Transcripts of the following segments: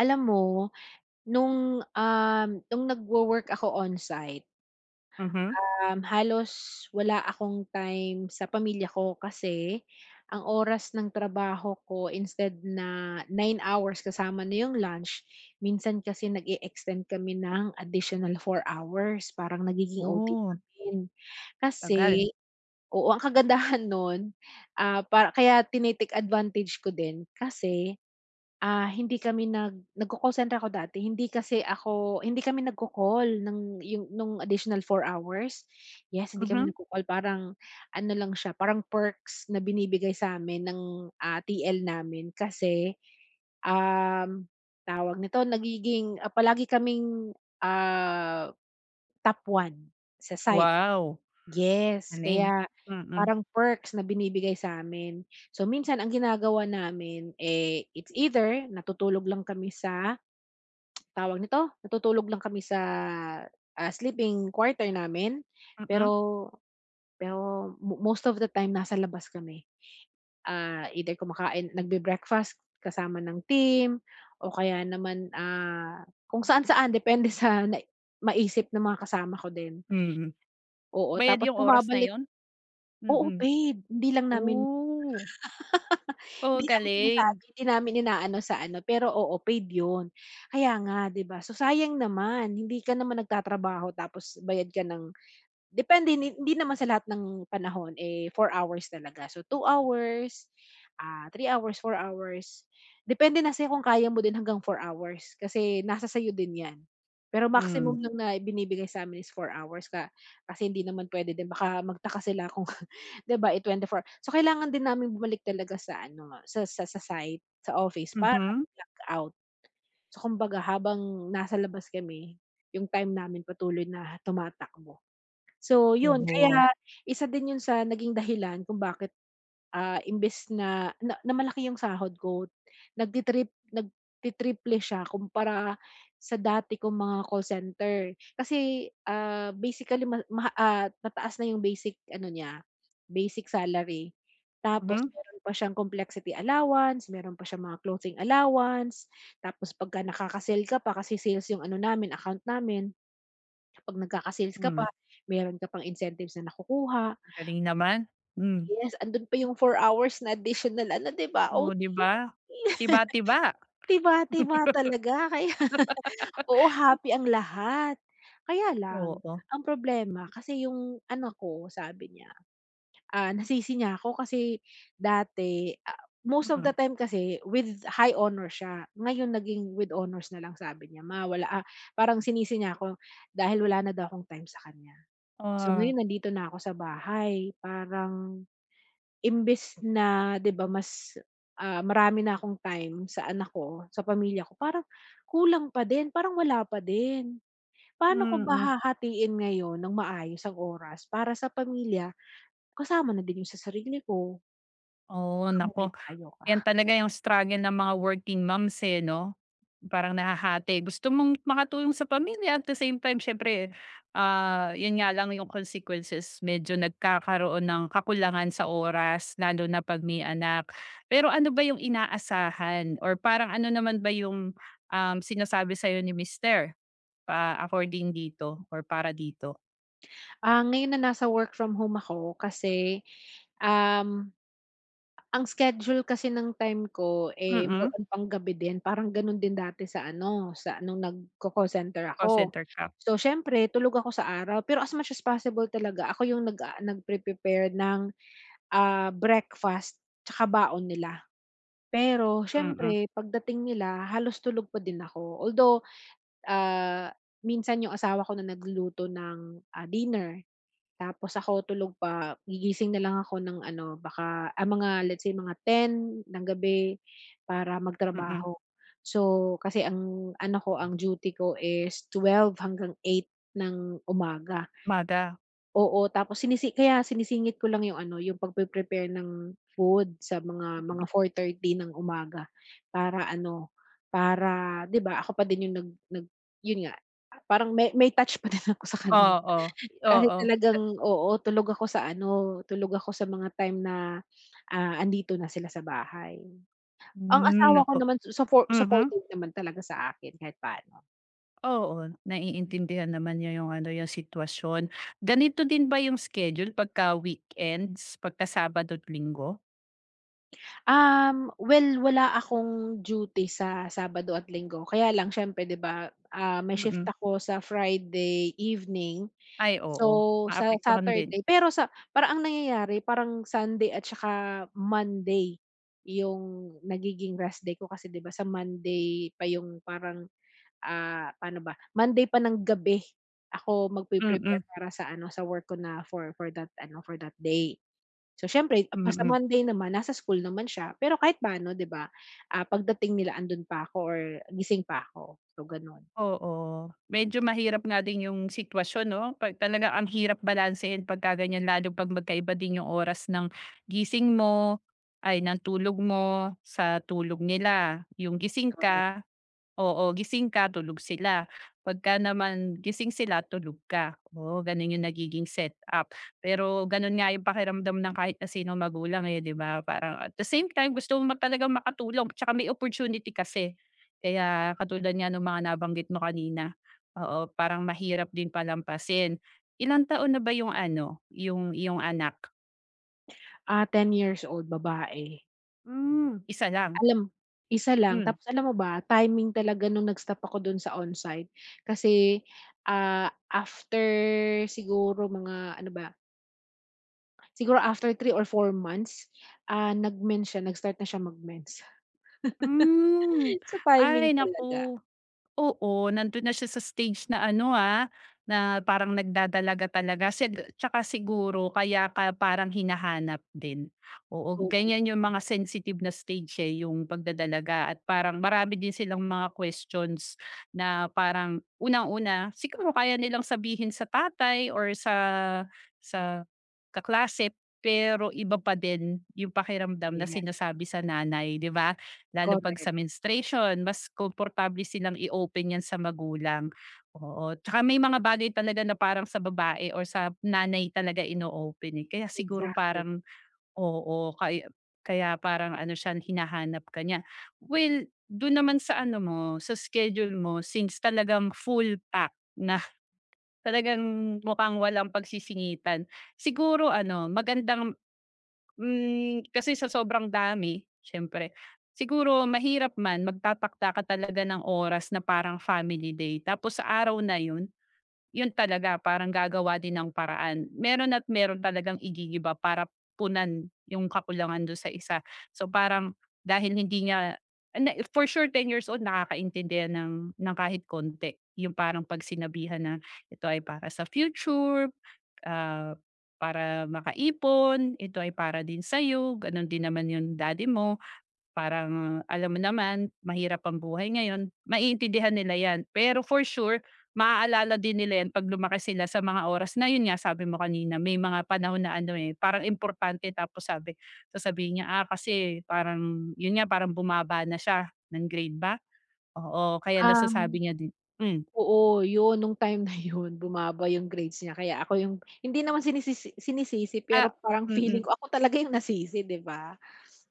Alam mo, nung nagwo-work ako on-site, Mhm. Halos wala akong time sa pamilya ko kasi ang oras ng trabaho ko instead na 9 hours kasama na yung lunch, minsan kasi nag extend kami ng additional 4 hours, parang nagiging OT Oh, namin. tagal. Kasi oo, ang kagandahan nun, para kaya tini advantage ko din kasi. Ah, hindi kami nag nagko-call center ako dati, hindi kasi ako hindi kami nagko-call ng nung additional four hours. Yes, hindi kami Mhm, nagko-call parang ano lang siya, parang perks na binibigay sa sa'min ng, TL namin kasi, um, tawag nito, nagiging, palagi kaming, ah, top one sa site. wow. Yes, Galing. kaya Mm, parang perks na binibigay sa sa'min. So, minsan ang ginagawa namin, eh, it's either natutulog lang kami sa tawag nito? Natutulog lang kami sa, sleeping quarter namin. mm, Pero pero mo most of the time nasa labas kami. Ah, either kumakain nagbe-breakfast kasama ng team o kaya naman, kung saan-saan depende sa maisip ng mga kasama ko din. mm. Oo, Bayad tapos yung oras na bumabalik. yun? Oo, Mm. paid. Hindi lang namin Oh. Oh, hindi namin sinasabi, galing. hindi namin inaano sa ano, pero oo, paid 'yun. Kaya nga, 'di ba? So, sayang naman, hindi ka naman nagtatrabaho tapos bayad ka ng. Depende hindi hindi naman sa lahat ng panahon, eh, 4 hours talaga. So 2 hours, 3 hours, 4 hours, depende na sa'yo kung kaya mo din hanggang 4 hours kasi nasa sa'yo din 'yan. Pero Hmm, maximum lang na binibigay sa'min is 4 hours ka kasi hindi naman pwede din baka magtaka sila kung 'di ba, eh, four so kailangan din namin bumalik talaga sa ano sa site, sa office para mhm. mag out. So kumbaga habang nasa labas kami, yung time namin patuloy na tumatakbo. So, yun Oo. kaya isa din yun sa naging dahilan kung bakit, imbes na na na malaki yung sahod ko, nagti-triple siya kumpara sa dati kong mga call center. Kasi, ah, basically ma ma ah, mataas na yung basic ano niya, basic salary. Tapos Mhm, meron pa siyang complexity allowance, meron pa siyang mga clothing allowance, tapos pagka nakaka-sale ka pa kasi sales yung ano namin, account namin. 'Pag nagkaka-sales ka hmm, pa, meron ka pang incentives na nakukuha. galing naman. Hmm, Yes, andun pa yung 4 hours na additional ano, 'di ba, oh, OT. 'di ba? Tiba-tiba. Tiba-tiba talaga kaya oo, happy ang lahat. Kaya lang, Oo. ang problema kasi yung anak ko sabi niya, nasisi niya ako kasi dati, most of the Mm, time kasi with high honor siya. Ngayon naging with honors na lang sabi niya ma wala, parang sinisi niya ako dahil wala na daw akong time sa kanya. So ah, ngayon nandito na ako sa bahay, parang imbes na 'di ba mas, marami na akong time sa anak ko, sa pamilya ko, parang kulang pa din, parang wala pa din. Paano ko ba mm. hahatiin ngayon ng maayos ang oras para sa pamilya, kasama na din yung sa sarili ko? Oo, Baka may naku. payo ka. 'Yan talaga yung struggle ng mga working moms, eh, 'no? Parang nahahati. Gusto mong makatulong sa pamilya at the same time siyempre, ah, 'yun nga lang yung consequences medyo nagkakaroon ng kakulangan sa oras lalo na 'pag may anak. Pero ano ba yung inaasahan or parang ano naman ba yung, sinasabi sa'yo ni mister pa according dito or para dito? Ah, ngayon na nasa work from home ako kasi, um ang schedule kasi ng time ko, eh, more Mm, on panggabi din parang gano'n din dati sa ano, sa nung nagco-call center call ako. center ka. So, siyempre tulog ako sa araw pero as much as possible talaga ako yung nagpre-prepare ng, breakfast tsaka baon nila. Pero Mm, siyempre pagdating nila halos tulog pa din ako. Although, ah, minsan yung asawa ko na nagluluto ng, dinner. Tapos ako tulog pa, gigising na lang ako ng ano baka, mga let's say mga 10 ng gabi para mm. magtrabaho. So, kasi ang ano ko, ang duty ko is 12 hanggang 8 ng umaga. Mother. Oo, tapos sinisi kaya sinisingit ko lang yung ano, yung pagpe-prepare ng food sa Mm. mga 4:30 ng umaga para ano, para 'di ba ako pa din yung nag nag yun nga, parang may touch pa din ako sa kanila. Oo, Kasi oo. talagang oo, tulog ako sa ano, tulog ako sa mga time na, andito na sila sa bahay. Ang Hmm, asawa ko naku. naman Mhm, supportive naman talaga sa akin kahit paano. oo, naiintindihan naman niya yung ano, yung sitwasyon. Ganito din ba yung schedule pagka weekends, pagka Sabado at Linggo? Um, well, wala akong duty sa Sabado at Linggo kaya lang siyempre 'di ba, may shift Mm. ako sa Friday evening, Ay, oo, so sa maapektuhan din. Saturday pero sa parang ang nangyayari parang Sunday at saka Monday yung nagiging rest day ko kasi 'di ba sa Monday pa yung parang paano ba, Monday pa ng gabi ako Mm, magpe-prepare para sa ano, sa work ko na for that ano, for that day. So siyempre pa sa mm, Monday naman nasa school naman siya, pero kahit paano 'di ba, pagdating nila andun pa ako or gising pa ako, so gano'n. oo. Medyo mahirap nga din yung sitwasyon, 'no, 'pag talagang ang hirap balansehin pagka ganyan lalo 'pag magkaiba din yung oras ng gising mo, ay ng tulog mo, sa tulog nila, yung gising Correct. ka. Oo, gising ka tulog sila, pagka naman gising sila tulog ka. Oo, gano'n yung nagiging setup. Pero gano'n nga yung pakiramdam ng kahit na sinong magulang, eh, 'di ba? Parang at the same time gusto mo mag- talagang makatulong tsaka may opportunity kasi. Kaya katulad nga nung mga nabanggit mo kanina, oo, parang mahirap din palampasin. Ilang taon na ba yung ano, yung iyong anak? Ah, 10 years old, babae. Hmm. Isa lang? Alam isa lang Hmm. tapos alam mo ba, timing talaga nung nag-stop ako dun sa onsite kasi, after siguro mga ano ba, siguro after 3 or 4 months, nag-mens siya, nag-start na siya mag-mens. Hmm, Sa timing ay talaga. naku. Oo, nandun na siya sa stage na ano, ah, na parang nagdadalaga talaga si tsaka siguro kaya ka parang hinahanap din. Oo, Oo, ganyan yung mga sensitive na stage, eh, yung pagdadalaga at parang marami din silang mga questions na parang unang-una siguro kaya nilang sabihin sa tatay or sa sa kaklase pero iba pa din yung pakiramdam na yes, sinasabi sa nanay, 'di ba? Lalo 'pag sa correct, menstruation, mas komportable silang i-open 'yan sa magulang, oo. Tsaka may mga bagay talaga na parang sa babae or sa nanay talaga ino-open, eh. Kaya siguro exactly. parang oo, kaya kaya parang ano siya, hinahanap ka niya. Well, do'n naman sa ano mo, sa schedule mo, since talagang full pack na, talagang mukhang walang pagsisingitan. Siguro ano, magandang hmm, kasi sa sobrang dami, siyempre. Siguro mahirap man magtatakda ka talaga ng oras na parang family day tapos sa araw na yun, yun talaga parang gagawa din ng paraan. Meron at meron talagang igigiba para punan yung kakulangan do sa isa. So, parang dahil hindi niya na for sure ten years old nakakaintindi yan ng kahit konti. Yung parang pagsinabihan na, "Ito ay para sa future, ah, para makaipon, ito ay para din sa'yo, gano'n din naman yung daddy mo. Parang alam mo naman, mahirap ang buhay ngayon, maiintindihan nila 'yan. Pero for sure, maaalala din nila 'yan 'pag lumaki sila sa mga oras na yun nga sabi mo kanina, may mga panahon na ano, eh, parang importante tapos sabi sasabihin niya, "Ah, kasi parang" yun nga, parang bumaba na siya ng grade ba? Oo, kaya Um, nasasabi niya din hmm, oo, 'yun nung time na 'yun bumaba yung grades niya kaya ako yung hindi naman sinisisi sinisisi pero ah, parang feeling mm. ko ako talaga yung nasisi, 'di ba?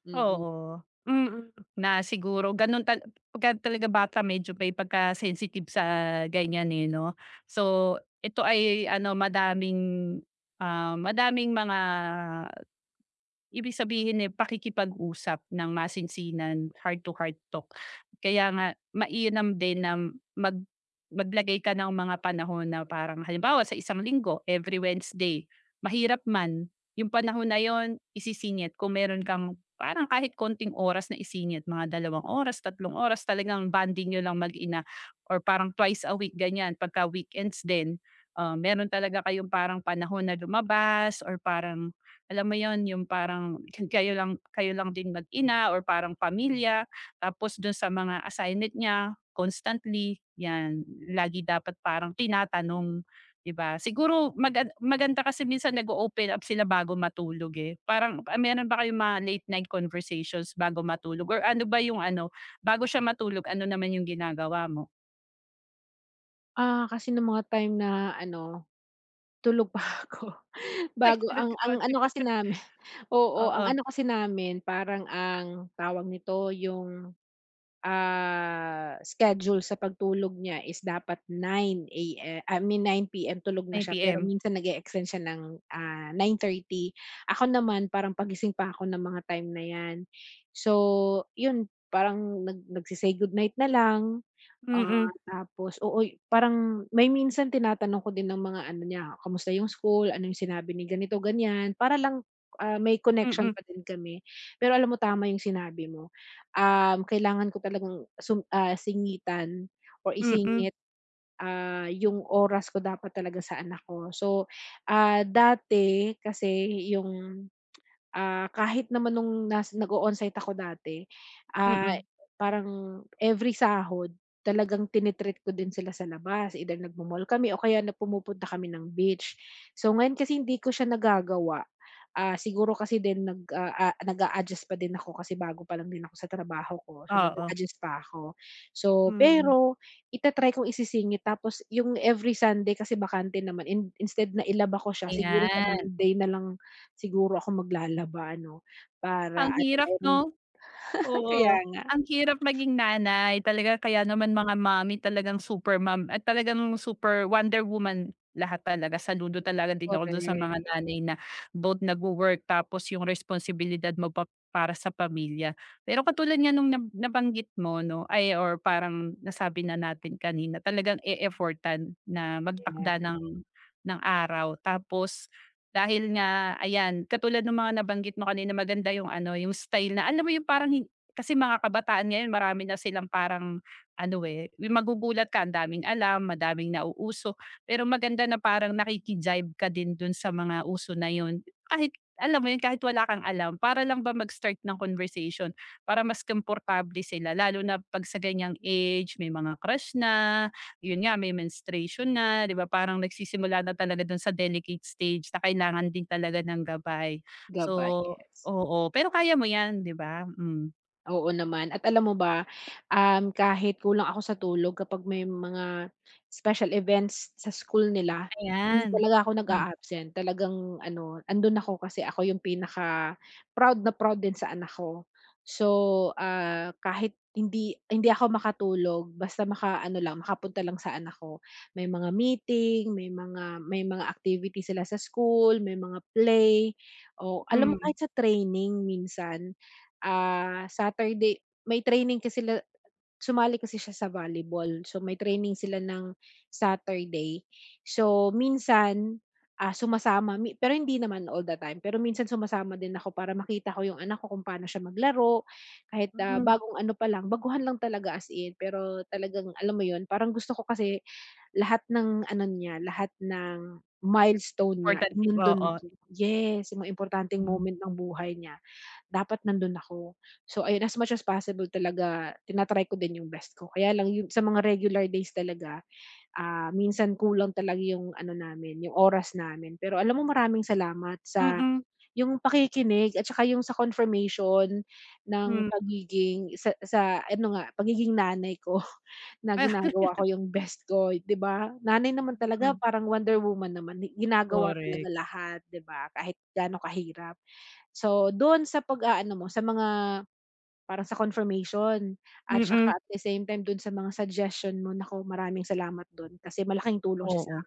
Mm. Oo, mm, na siguro gano'n tal pagka talaga bata medyo may pagka-sensitive sa ganyan, eh, 'no. So, ito ay ano madaming, madaming mga ibig sabihin, eh, pakikipag-usap ng masinsinan, heart to heart talk. Kaya nga mainam din na mag maglagay ka ng mga panahon na parang halimbawa sa isang linggo, every Wednesday, mahirap man, yung panahon na yon isisingit kung meron kang parang kahit konting oras na isingit, mga dalawang oras, tatlong oras, talagang banding niyo lang mag-ina or parang twice a week ganyan, pagka weekends din, ah, meron talaga kayong parang panahon na lumabas or parang alam mo 'yun, yung parang kayo lang din mag-ina or parang pamilya, tapos dun sa mga assignment niya constantly, 'yan. Lagi dapat parang tinatanong, 'di ba? Siguro maganda kasi minsan nag-o-open up sila bago matulog, eh. Parang, ah, meron ba kayong mga late night conversations bago matulog or ano ba yung ano, bago siya matulog, ano naman yung ginagawa mo? Ah, kasi nung mga time na ano, tulog pa ako Ay, bago tulog ang ka ba? ang ano kasi namin oo, ang Oo, ano kasi namin parang ang tawag nito yung schedule sa pagtulog niya is dapat 9 AM I mean 9 PM tulog na siya 9:00 pero PM. minsan nag-e-extend siya ng, 9:30. Ako naman parang pagising pa ako ng mga time na 'yan. So, 'yun parang nagse-say goodnight na lang. Mm, Ah, tapos oo, parang may minsan tinatanong ko din ng mga ano niya, "Kamusta yung school? Ano yung sinabi ni ganito, ganyan?" Para lang, may mm, connection mm, pa din kami. Pero alam mo tama yung sinabi mo, kailangan ko talagang singitan or mm, mm, isingit, yung oras ko dapat talaga sa anak ko. So, dati kasi yung. Ah, kahit naman nung nag-o-onsite ako dati, ah, mm, parang every sahod talagang tini-treat ko din sila sa labas, either nagmo-mall kami o kaya na pumupunta kami ng beach. So, ngayon kasi hindi ko siya nagagawa, siguro kasi din nag-a-adjust pa din ako kasi bago pa lang din ako sa trabaho ko, so oo, nag-a-adjust pa ako. So, hmm. pero ita-try kong isisingit tapos yung every Sunday kasi bakante naman instead na ilaba ko siya siguro sa Ayan, Monday na lang. Siguro ako maglalaba ano, ang para ano hirap meron 'no. ka kaya Oo, nga, ang hirap maging nanay talaga kaya naman mga mommy talagang super mom at talagang super Wonder Woman lahat talaga. Saludo talaga din ako dun sa correct, mga nanay na both nagwo-work tapos yung responsibilidad mo pa para sa pamilya. Pero katulad nga nung nabanggit mo, 'no, ay or parang nasabi na natin kanina talagang e-effortan na yan, magtakda ng araw tapos dahil nga ayan, katulad ng mga nabanggit mo kanina maganda yung ano, yung style na alam mo yung parang kasi mga kabataan ngayon marami na silang parang ano, eh, yung magugulat ka ang daming alam, madaming nauuso, pero maganda na parang nakiki ka din dun sa mga uso na yun. Kahit alam mo yun, kahit wala kang alam, para lang ba mag-start ng conversation, para mas komportable sila lalo na 'pag sa ganyang age, may mga crush na, yun nga, may menstruation na, 'di ba, parang nagsisimula na talaga dun sa delicate stage na kailangan din talaga ng gabay. So gabay, yes. oo, pero kaya mo yan, 'di ba? Hmm. Oo naman at alam mo ba, kahit kulang ako sa tulog kapag may mga special events sa school nila, hindi Ayan. talaga ako Hmm, nag-a-absent. Talagang ano, andun ako kasi ako yung pinaka-proud na proud din sa anak ko. So, kahit hindi hindi ako makatulog basta maka ano lang, makapunta lang sa anak ko. May mga meeting, may mga activity sila sa school, may mga play, o alam mo hmm, kahit sa training minsan Saturday may training kasi sila sumali kasi siya sa volleyball. So, may training sila ng Saturday. So, minsan, sumasama mi pero hindi naman all the time, pero minsan sumasama din ako para makita ko yung anak ko kung paano siya maglaro. Kahit, hmm. bagong ano pa lang, baguhan lang talaga as in, pero talagang alam mo yun, parang gusto ko kasi lahat ng ano niya, lahat ng milestone niya Importante nandun oo. ako. Yes, yung mga importanteng Hmm, moment ng buhay niya. Dapat nandun ako. So ayun, as much as possible talaga tinatry ko din yung best ko. Kaya lang yun sa mga regular days talaga, minsan kulang talaga yung ano namin, yung oras namin. Pero alam mo maraming salamat mm, sa hmm. yung pakikinig at saka yung sa confirmation ng Hmm, pagiging sa ano nga, pagiging nanay ko na ginagawa ko yung best ko, 'di ba? Nanay naman talaga parang Wonder Woman naman, ni ginagawa talaga correct. lahat, 'di ba? Kahit gaano kahirap. So, don sa pag-aano mo, sa mga parang sa confirmation at Mm, saka at the same time don sa mga suggestion mo, naku maraming salamat don kasi malaking tulong oo. siya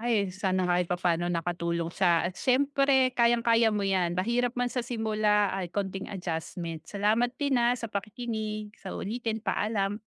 Ay, sana kahit papaano nakatulong siya at siyempre kayang-kaya mo 'yan. Mahirap man sa simula ay konting adjustment. Salamat din, ah, sa pakikinig. Sa uulitin, paalam.